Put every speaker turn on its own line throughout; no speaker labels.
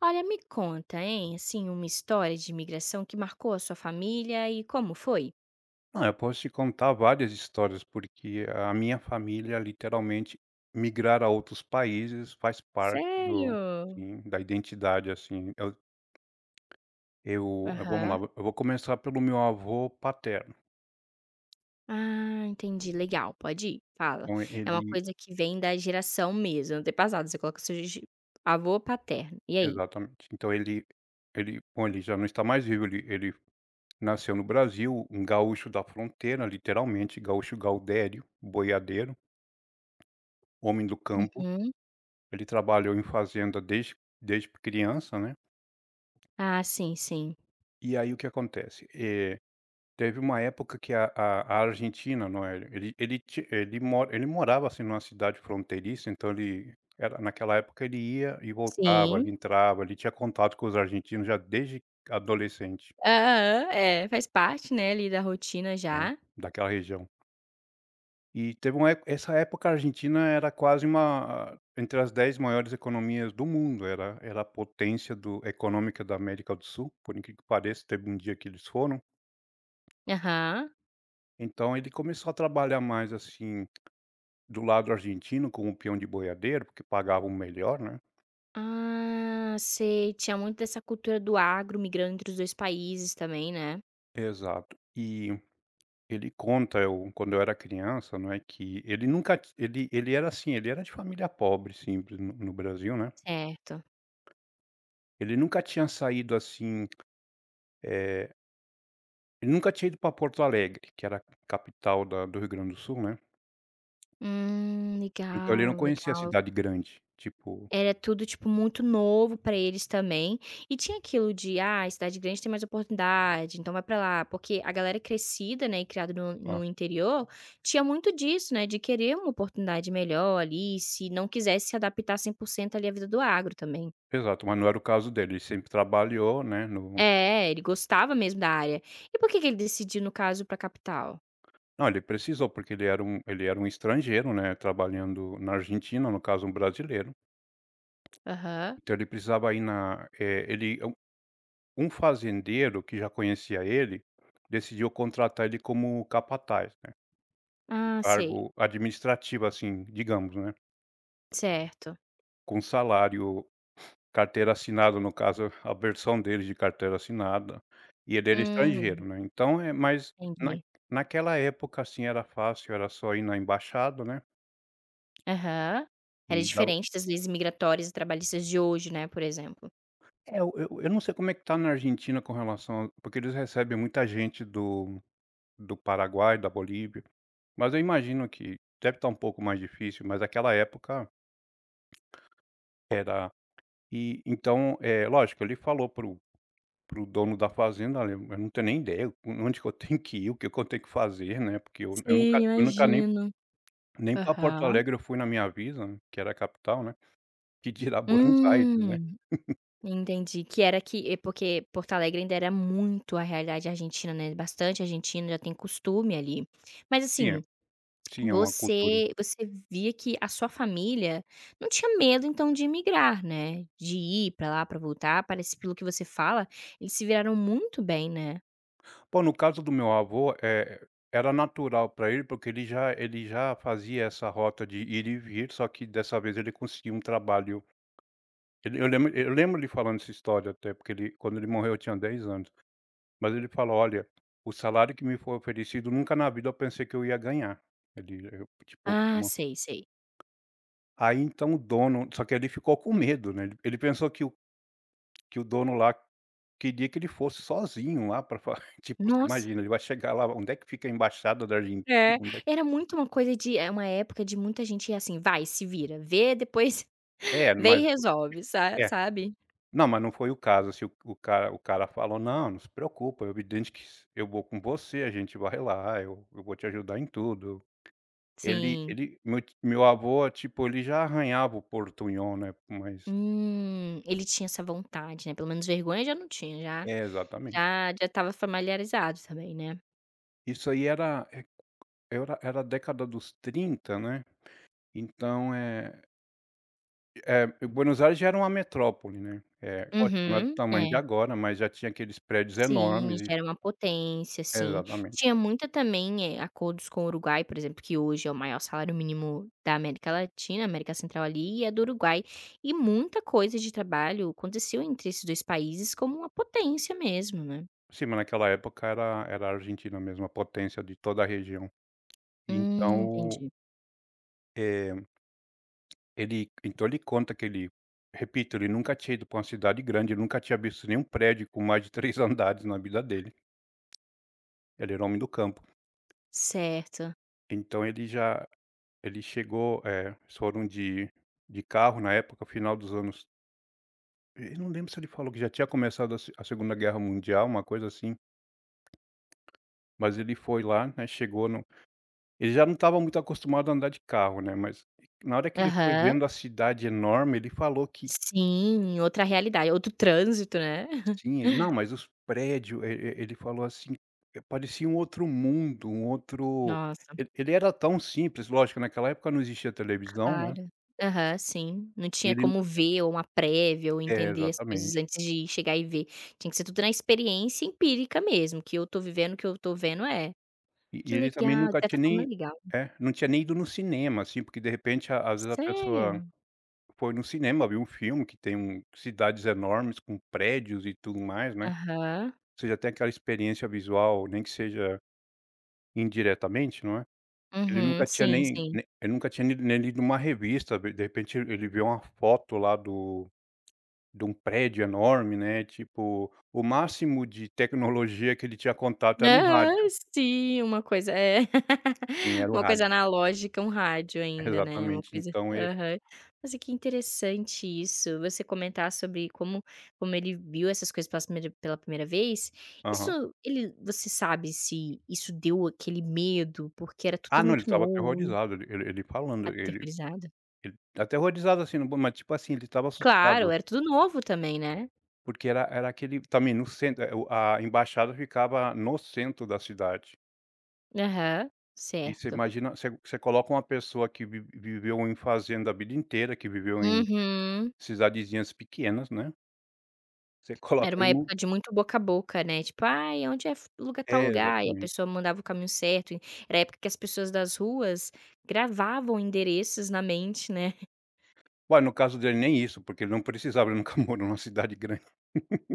Olha, me conta, hein, assim, uma história de imigração que marcou a sua família e como foi?
Ah, eu posso te contar várias histórias, porque a minha família, literalmente, migrar a outros países faz parte do,
Sério?
sim, da identidade, assim. Eu vamos lá,
Aham.
eu vou começar pelo meu avô paterno.
Ah, entendi, legal, pode ir, fala.
Então
É uma
ele
coisa que vem da geração mesmo, antepassado, você coloca seu ge avô paterno, e aí?
Exatamente. Então ele bom, ele já não está mais vivo, ele nasceu no Brasil, um gaúcho da fronteira, literalmente, gaúcho gaudério, boiadeiro, homem do campo.
Uhum.
Ele trabalhou em fazenda desde criança, né.
Ah, sim, sim.
E aí o que acontece, teve uma época que a Argentina, não é, ele morava, assim, numa cidade fronteiriça, então ele era naquela época, ele ia e voltava, ele
Sim.
entrava, ele tinha contato com os argentinos já desde adolescente,
Aham, é, faz parte, né, ali da rotina
né,
já.
daquela região. E teve uma época, essa época a Argentina era quase uma entre as 10 maiores economias do mundo, era a potência do econômica da América do Sul, por incrível que pareça, teve um dia que eles foram.
Aham.
Então ele começou a trabalhar mais, assim, do lado argentino com o peão de boiadeiro, porque pagavam melhor, né.
Ah, sei, tinha muito dessa cultura do agro migrando entre os 2 países também, né.
Exato. E ele conta, eu quando eu era criança, não é, que ele nunca ti ele ele era assim, ele era de família pobre, simples, no Brasil, né.
Certo.
Ele nunca tinha saído assim, eh, ele nunca tinha ido para Porto Alegre, que era a capital da do Rio Grande do Sul, né. Então ele não
Legal,
conhecia a
legal.
cidade grande, tipo,
Era tudo, tipo, muito novo pra eles também. E tinha aquilo de, ah, cidade grande tem mais oportunidade, então vai pra lá. Porque a galera crescida, né, e criada no,
hã,
no interior, tinha muito disso, né, de querer uma oportunidade melhor ali, se não quisesse se adaptar 100% ali à vida do agro também.
exato, mas não era o caso dele, ele sempre trabalhou, né, no.
É, ele gostava mesmo da área. E por que que ele decidiu, no caso, pra capital?
Não, ele precisou, porque ele era um estrangeiro, né, trabalhando na Argentina, no caso um brasileiro,
Aham.
então ele precisava ir na, ele, um um fazendeiro que já conhecia ele, decidiu contratar ele como capataz, né, um
Ah, sei.
cargo administrativo, assim, digamos, né,
Certo.
com salário, carteira assinada, no caso, a versão dele de carteira assinada, e ele era
Hum,
estrangeiro, né, então é mas na
entendi.
naquela época, assim, era fácil, era só ir na embaixada, né,
Aham. Era
e dava.
diferente das leis migratórias e trabalhistas de hoje, né, por exemplo.
É, eu não sei como é que tá na Argentina com relação a, porque eles recebem muita gente do Paraguai, da Bolívia, mas eu imagino que deve estar um pouco mais difícil, mas aquela época era. E então, é lógico, ele falou pro dono da fazenda: "Olha, eu não tenho nem ideia onde que eu tenho que ir, o que que eu tenho que fazer, né, porque eu eu
Sim,
nunca eu nunca nem
imagino.
nem para Porto
Aham.
Alegre eu fui na minha vida", né, que era a capital, né, que dirá Buenos Aires, né.
Hum, entendi. Que era que é porque Porto Alegre ainda era muito a realidade argentina, né, bastante argentino já tem costume ali. Mas
Sim, é,
assim,
sim, é uma cultura.
você via que a sua família não tinha medo então de imigrar, né, de ir pra lá, pra voltar, parece pelo que você fala, eles se viraram muito bem, né?
Pô, no caso do meu avô, é era natural para ele, porque ele já fazia essa rota de ir e vir, só que dessa vez ele conseguiu um trabalho, ele, eu lembro ele falando essa história até, porque, ele quando ele morreu eu tinha 10 anos, mas ele falou: "Olha, o salário que me foi oferecido, nunca na vida eu pensei que eu ia ganhar". Ele, eu tipo
Ah,
uma,
sei, sei.
aí então o dono, só que ele ficou com medo, né, ele, pensou que o dono lá queria que ele fosse sozinho lá para, tipo, você
Nossa.
imagina, ele vai chegar lá, onde é que fica a embaixada da Argentina?
É, era muito uma coisa de é uma época de muita gente assim: "Vai, se vira, vê, depois
É,
vê e
mas
resolve", sa
é.
sabe?
Não, mas não foi o caso, assim, o cara falou: "Não, não se preocupa, é evidente que s eu vou com você, a gente vai lá, eu vou te ajudar em tudo". Ele,
Sim.
meu avô, tipo, ele já arranhava o portunhol, né, mas
Ele tinha essa vontade, né, pelo menos vergonha já não tinha, já
é, exatamente.
já já estava familiarizado também, né.
Isso aí era é era era a década dos 30, né, então, é. Buenos Aires já era uma metrópole, né. É, lógico, não é do
Uhum,
tamanho de
é.
agora, mas já tinha aqueles prédios
Sim,
enormes, e
já era uma potência, sim.
exatamente.
Tinha muita também, acordos com o Uruguai, por exemplo, que hoje é o maior salário mínimo da América Latina, América Central ali, e é do Uruguai. E muita coisa de trabalho aconteceu entre esses dois países como uma potência mesmo, né.
Sim, mas naquela época era a Argentina mesmo, a potência de toda a região. Então,
Entendi.
eh, ele, então ele conta que ele, repito, ele nunca tinha ido para uma cidade grande, ele nunca tinha visto nenhum prédio com mais de 3 andares na vida dele. Ele era homem do campo.
Certo.
Então ele já, ele chegou, eles foram de carro na época, final dos anos, eu não lembro se ele falou que já tinha começado a se a Segunda Guerra Mundial, uma coisa assim, mas ele foi lá, né, chegou. Ele já não estava muito acostumado a andar de carro, né, mas na hora que ele foi
Aham.
vendo a cidade enorme, ele falou que
Sim, outra realidade, outro trânsito, né.
sim, não, mas os prédios. E e ele falou assim, parecia um outro mundo, um outro,
Nossa.
ele era tão simples, lógico, naquela época não existia televisão, né,
Claro. Aham, sim. Não
e
tinha
ele,
como ver ou uma prévia ou
é,
entender as coisas
exatamente.
antes de chegar e ver. Tinha que ser tudo na experiência empírica mesmo, que eu tô vivendo, o que eu tô vendo é.
E
Que
e ele também
legal, de
nunca
certa
tinha
forma
nem,
legal.
é, não tinha nem ido no cinema, assim, porque de repente a às vezes a pessoa
Sério?
foi no cinema, viu um filme que tem um cidades enormes com prédios e tudo mais, né.
Aham.
Você já tem aquela experiência visual, nem que seja indiretamente, não é? Ele
Uhum,
nunca tinha
sim,
nem
sim.
nem ele nunca tinha lido nem lido uma revista, de repente ele vê uma foto lá do, de um prédio enorme, né, tipo, o máximo de tecnologia que ele tinha contato era um rádio.
Aham, sim, uma coisa é,
Sim, era o
uma
rádio.
coisa analógica, um rádio ainda, né, uma
Exatamente,
coisa
então ele,
aham. Nossa, que interessante isso, você comentar sobre como ele viu essas coisas pela primeira vez.
aham.
Isso ele você sabe se isso deu aquele medo, porque era
Ah
tudo
não, ele
muito
estava
novo,
aterrorizado, ele falando, ele
aterrorizado?
ele aterrorizado assim, no bom, mas tipo assim, ele estava
Claro,
assustado,
era tudo novo também, né.
porque era aquele também no centro, o, a embaixada ficava no centro da cidade.
Aham,
E você
certo.
imagina, você coloca uma pessoa que vi viveu em fazenda a vida inteira, que viveu em
Uhum.
cidadezinhas pequenas, né, você coloca
Era uma
ele no,
época de muito boca a boca, né, tipo: "Ai, onde é f lugar tal
é,
lugar?" E a
exatamente.
pessoa mandava o caminho certo e era a época que as pessoas das ruas gravavam endereços na mente, né.
Ué, no caso dele nem isso, porque ele não precisava, ele nunca morou numa cidade grande.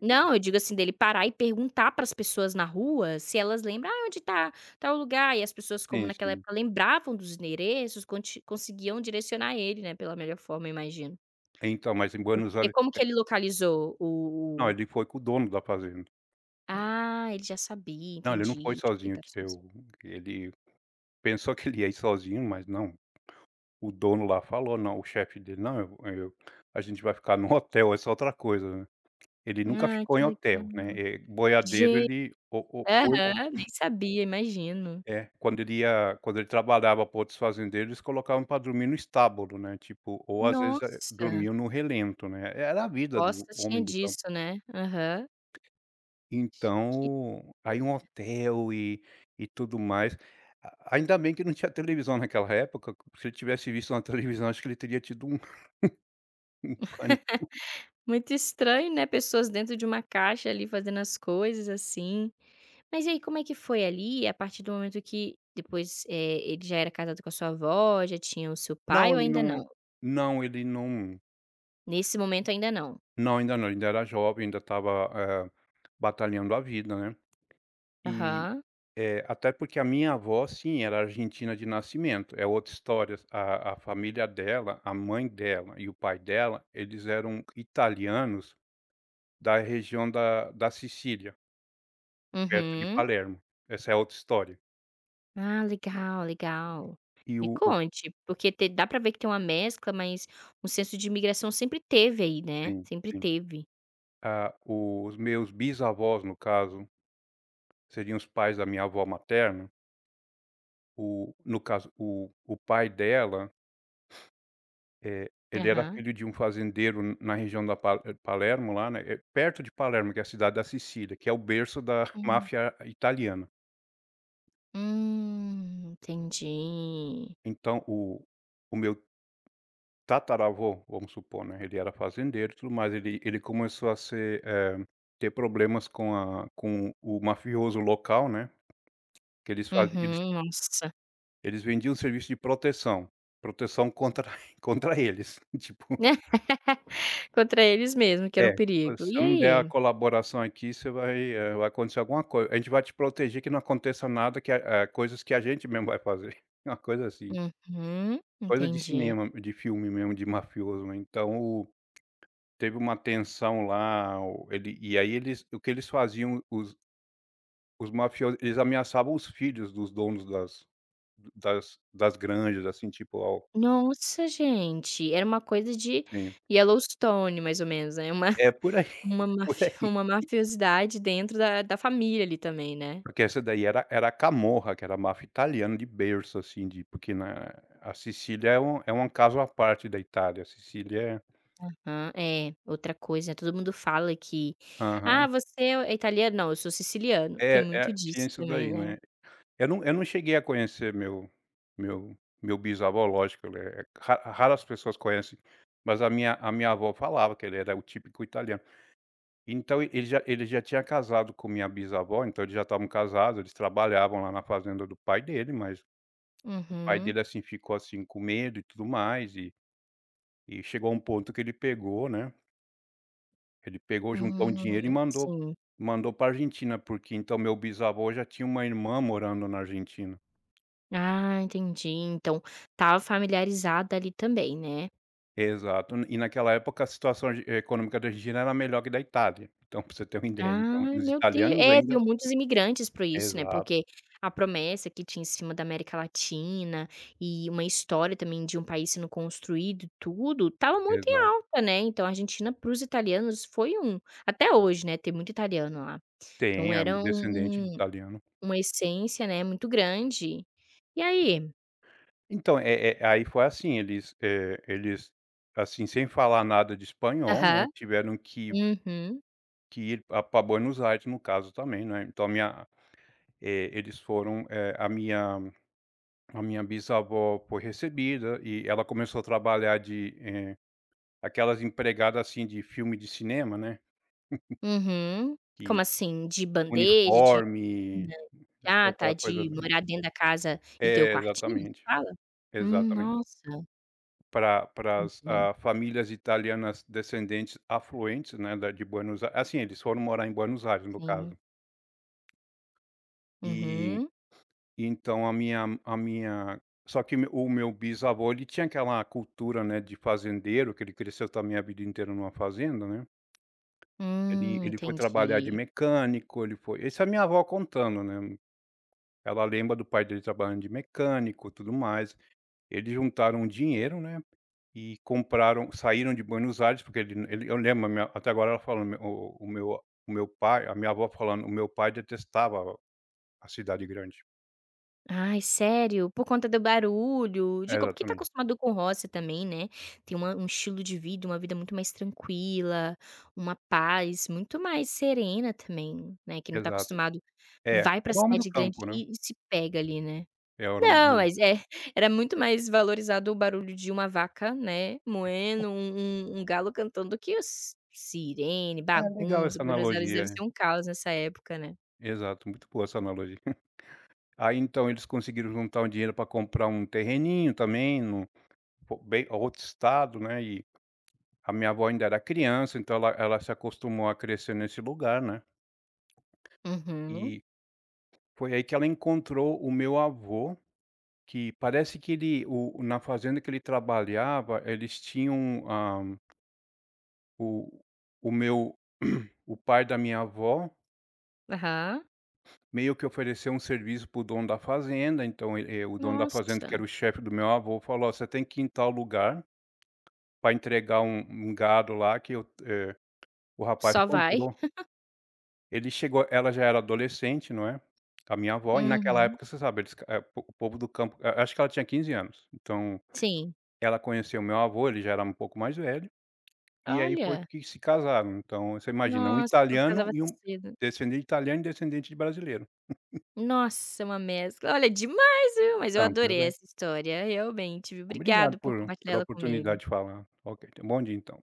Não, eu digo assim, dele parar e perguntar para as pessoas na rua se elas lembram: ah, onde tá tal lugar?" E as pessoas, como
Sim,
naquela
sim.
época lembravam dos endereços, conti conseguiam direcionar ele, né, pela melhor forma, eu imagino.
Então, mas em Buenos
E
Aires,
como que ele localizou
não,
o
ele foi com o dono da fazenda.
ah, ele já sabia,
Não, ele não foi
entendi. Ele
sozinho,
tava só
eu,
assim.
ele pensou que ele ia ir sozinho, mas não, o dono lá falou: "Não", o chefe dele: "Não, eu a gente vai ficar no hotel, essa é outra coisa". Ele nunca
Ah,
ficou
que
em
legal.
hotel, né, boiadeiro,
Gen
ele, o ou
Aham, nem sabia, imagino.
é, quando ele trabalhava para outros fazendeiros, eles colocavam para dormir no estábulo, né, tipo, ou às vezes,
Nossa,
dormiam no relento, né, era a vida do
Costa tinha
homem do campo.
disso, né. Aham. Que
Então, aí um hotel e tudo mais. A ainda bem que não tinha televisão naquela época, se ele tivesse visto uma televisão, acho que ele teria tido um pânico.
Muito estranho, né, pessoas dentro de uma caixa ali fazendo as coisas, assim. Mas e aí como é que foi ali, a partir do momento que depois, ele já era casado com a sua avó, já tinha o seu pai
Não,
ou
ele
ainda
não
não?
não, ele não
Nesse momento ainda não?
não, ainda não, ainda era jovem, ainda estava, batalhando a vida, né. E,
Aham.
até porque a minha avó, sim, era argentina de nascimento, é outra história. A família dela, a mãe dela e o pai dela, eles eram italianos da região da Sicília, perto de
Uhum.
Palermo. Essa é outra história.
Ah, legal, legal.
E
Me
o,
conte, porque te dá pra ver que tem uma mescla, mas um senso de imigração sempre teve aí, né,
sim,
sempre
sim.
teve.
Ah, os meus bisavós, no caso, seriam os pais da minha avó materna. O, no caso, o pai dela. Ele era
Aham.
filho de um fazendeiro n na região da Palermo lá, né, perto de Palermo, que é a cidade da Sicília, que é o berço da
Hum.
máfia italiana.
Entendi.
Então o meu tataravô, vamos supor, né, ele era fazendeiro e tudo mais, ele começou a ser, ter problemas com a com o mafioso local, né, que eles fazi eles
Uhum, nossa.
eles vendiam serviço de proteção, proteção contra contra eles, tipo.
Contra eles mesmo, que era
É,
um
tipo,
perigo.
se você
E
não der a
aí?
colaboração aqui, você vai, vai acontecer alguma coisa. A gente vai te proteger que não aconteça nada que a, coisas que a gente mesmo vai fazer. Uma coisa assim,
Uhum,
coisa de
entendi.
cinema, de filme mesmo, de mafioso, né. Então, o teve uma tensão lá, o ele, e aí, eles, o que eles faziam, os mafiosos, eles ameaçavam os filhos dos donos das granjas, assim, tipo, ao,
Nossa, gente, era uma coisa de
sim.
Yellowstone, mais ou menos, né, uma
É, por aí.
uma mafi uma mafiosidade dentro da família ali também, né.
Porque essa daí era a Camorra, que era a máfia italiana de berço, assim, de porque na, a Sicília é um caso à parte da Itália, a Sicília é,
Aham. É, outra coisa, né? Todo mundo fala que:
aham.
"Ah, você é italiano?". "Não, eu sou siciliano". Tem
É, é,
muito
tinha
disso
isso
também,
daí,
né.
né. Eu não cheguei a conhecer meu, meu meu bisavô, lógico, ele é, ra raras pessoas conhecem, mas a minha, avó falava que ele era o típico italiano. Então e- ele já, tinha casado com minha bisavó, então eles já estavam casados, eles trabalhavam lá na fazenda do pai dele, mas o pai
Uhum.
dele, assim, ficou, assim, com medo e tudo mais. E chegou um ponto que ele pegou, né, ele pegou, juntou um
Hum,
dinheiro e
sim.
mandou para Argentina, porque então meu bisavô já tinha uma irmã morando na Argentina.
Ah, entendi. Então, estava familiarizada ali também, né.
Exato. E naquela época a situação, econômica da Argentina era melhor que da Itália, então pra você ter uma ideia. Então, e
Ah
os
meu deus
italianos
é,
ainda,
viu muitos imigrantes para isso, né,
exato,
porque a promessa que tinha em cima da América Latina, e uma história também de um país sendo construído e tudo, estava muito em
exato.
alta, né. Então a Argentina para os italianos foi um até hoje, né, tem muito italiano lá. Então
Tem, é um
era
descendente de
um
italiano.
uma essência, né, muito grande. E aí?
Então, aí foi assim, eles, eles, assim, sem falar nada de espanhol, né,
Aham.
tiveram que
Uhum.
ir a pra Buenos Aires, no caso também, né. Então a minha. Eles foram, a minha, bisavó foi recebida e ela começou a trabalhar de, aquelas empregadas assim, de filme de cinema, né,
Uhum. Como
que
assim? De bandeja, de
uniforme, é
ah, tá,
aquela coisa
de
bem,
morar dentro da casa e ter o
é,
quartinho, você
exatamente,
fala?
exatamente.
Nossa,
Para as,
entendi,
ah, famílias italianas descendentes afluentes, né, da de Buenos Ai assim, eles foram morar em Buenos Aires, no caso.
sim.
E
Uhum.
então a minha, só que, me o meu bisavô, ele tinha aquela cultura, né, de fazendeiro, que ele cresceu também a vida inteira numa fazenda, né. Ele ele foi trabalhar de
Entendi.
mecânico, ele foi, isso é a minha avó contando, né, ela lembra do pai dele trabalhando de mecânico, tudo mais. Eles juntaram um dinheiro, né, e compraram, saíram de Buenos Aires, porque ele, eu lembro a minha até agora ela falando, meu- o meu pai a minha avó falando: "O meu pai detestava a cidade grande".
Ai, sério? Por conta do barulho,
É,
de como que tá
exatamente.
acostumado com roça também, né, tem uma um estilo de vida, uma vida muito mais tranquila, uma paz muito mais serena também, né, que não tá
Exato.
acostumado
É,
vai pra
era o homem do
cidade grande
campo, né.
e se pega ali, né.
É, era o,
Não, mas é, era muito mais valorizado o barulho de uma vaca, né, moendo, um galo cantando do que os sirene,
é legal
bagunça,
essa
Buenos Aires deve
analogia,
ser um caos nessa época, né.
exato, muito boa essa analogia. Aí então eles conseguiram juntar um dinheiro para comprar um terreninho também no, po, bem outro estado, né, e a minha avó ainda era criança, então ela se acostumou a crescer nesse lugar, né.
Uhum.
E foi aí que ela encontrou o meu avô, que parece que ele, o, na fazenda que ele trabalhava, eles tinham, hã, o o meu o pai da minha avó
Aham.
meio que ofereceu um serviço para o dono da fazenda, então ele, o dono da fazenda, que era
Nossa,
o chefe do meu avô, falou: "Ó, você tem que ir em tal lugar para entregar um gado lá que eu, o rapaz
só vai.
comprou". Ele chegou, ela já era adolescente, não é, a minha avó, e naquela
Uhum.
época, você sabe, eles, po o povo do campo, a, acho que ela tinha 15 anos. Então,
Sim.
ela conheceu o meu avô, ele já era um pouco mais velho, e aí foi
Olha,
que se casaram. Então, você imagina, um
nossa, o povo
italiano
casava
e um
cedo.
descendente de italiano e descendente de brasileiro.
Nossa, uma mescla. Olha, demais, viu, mas eu
Campo,
adorei
né?
essa história, realmente, viu.
Obrigado
Obrigado por
por,
compartilhar
pela
ela
oportunidade
comigo.
de falar. Ok, tenha um bom dia então.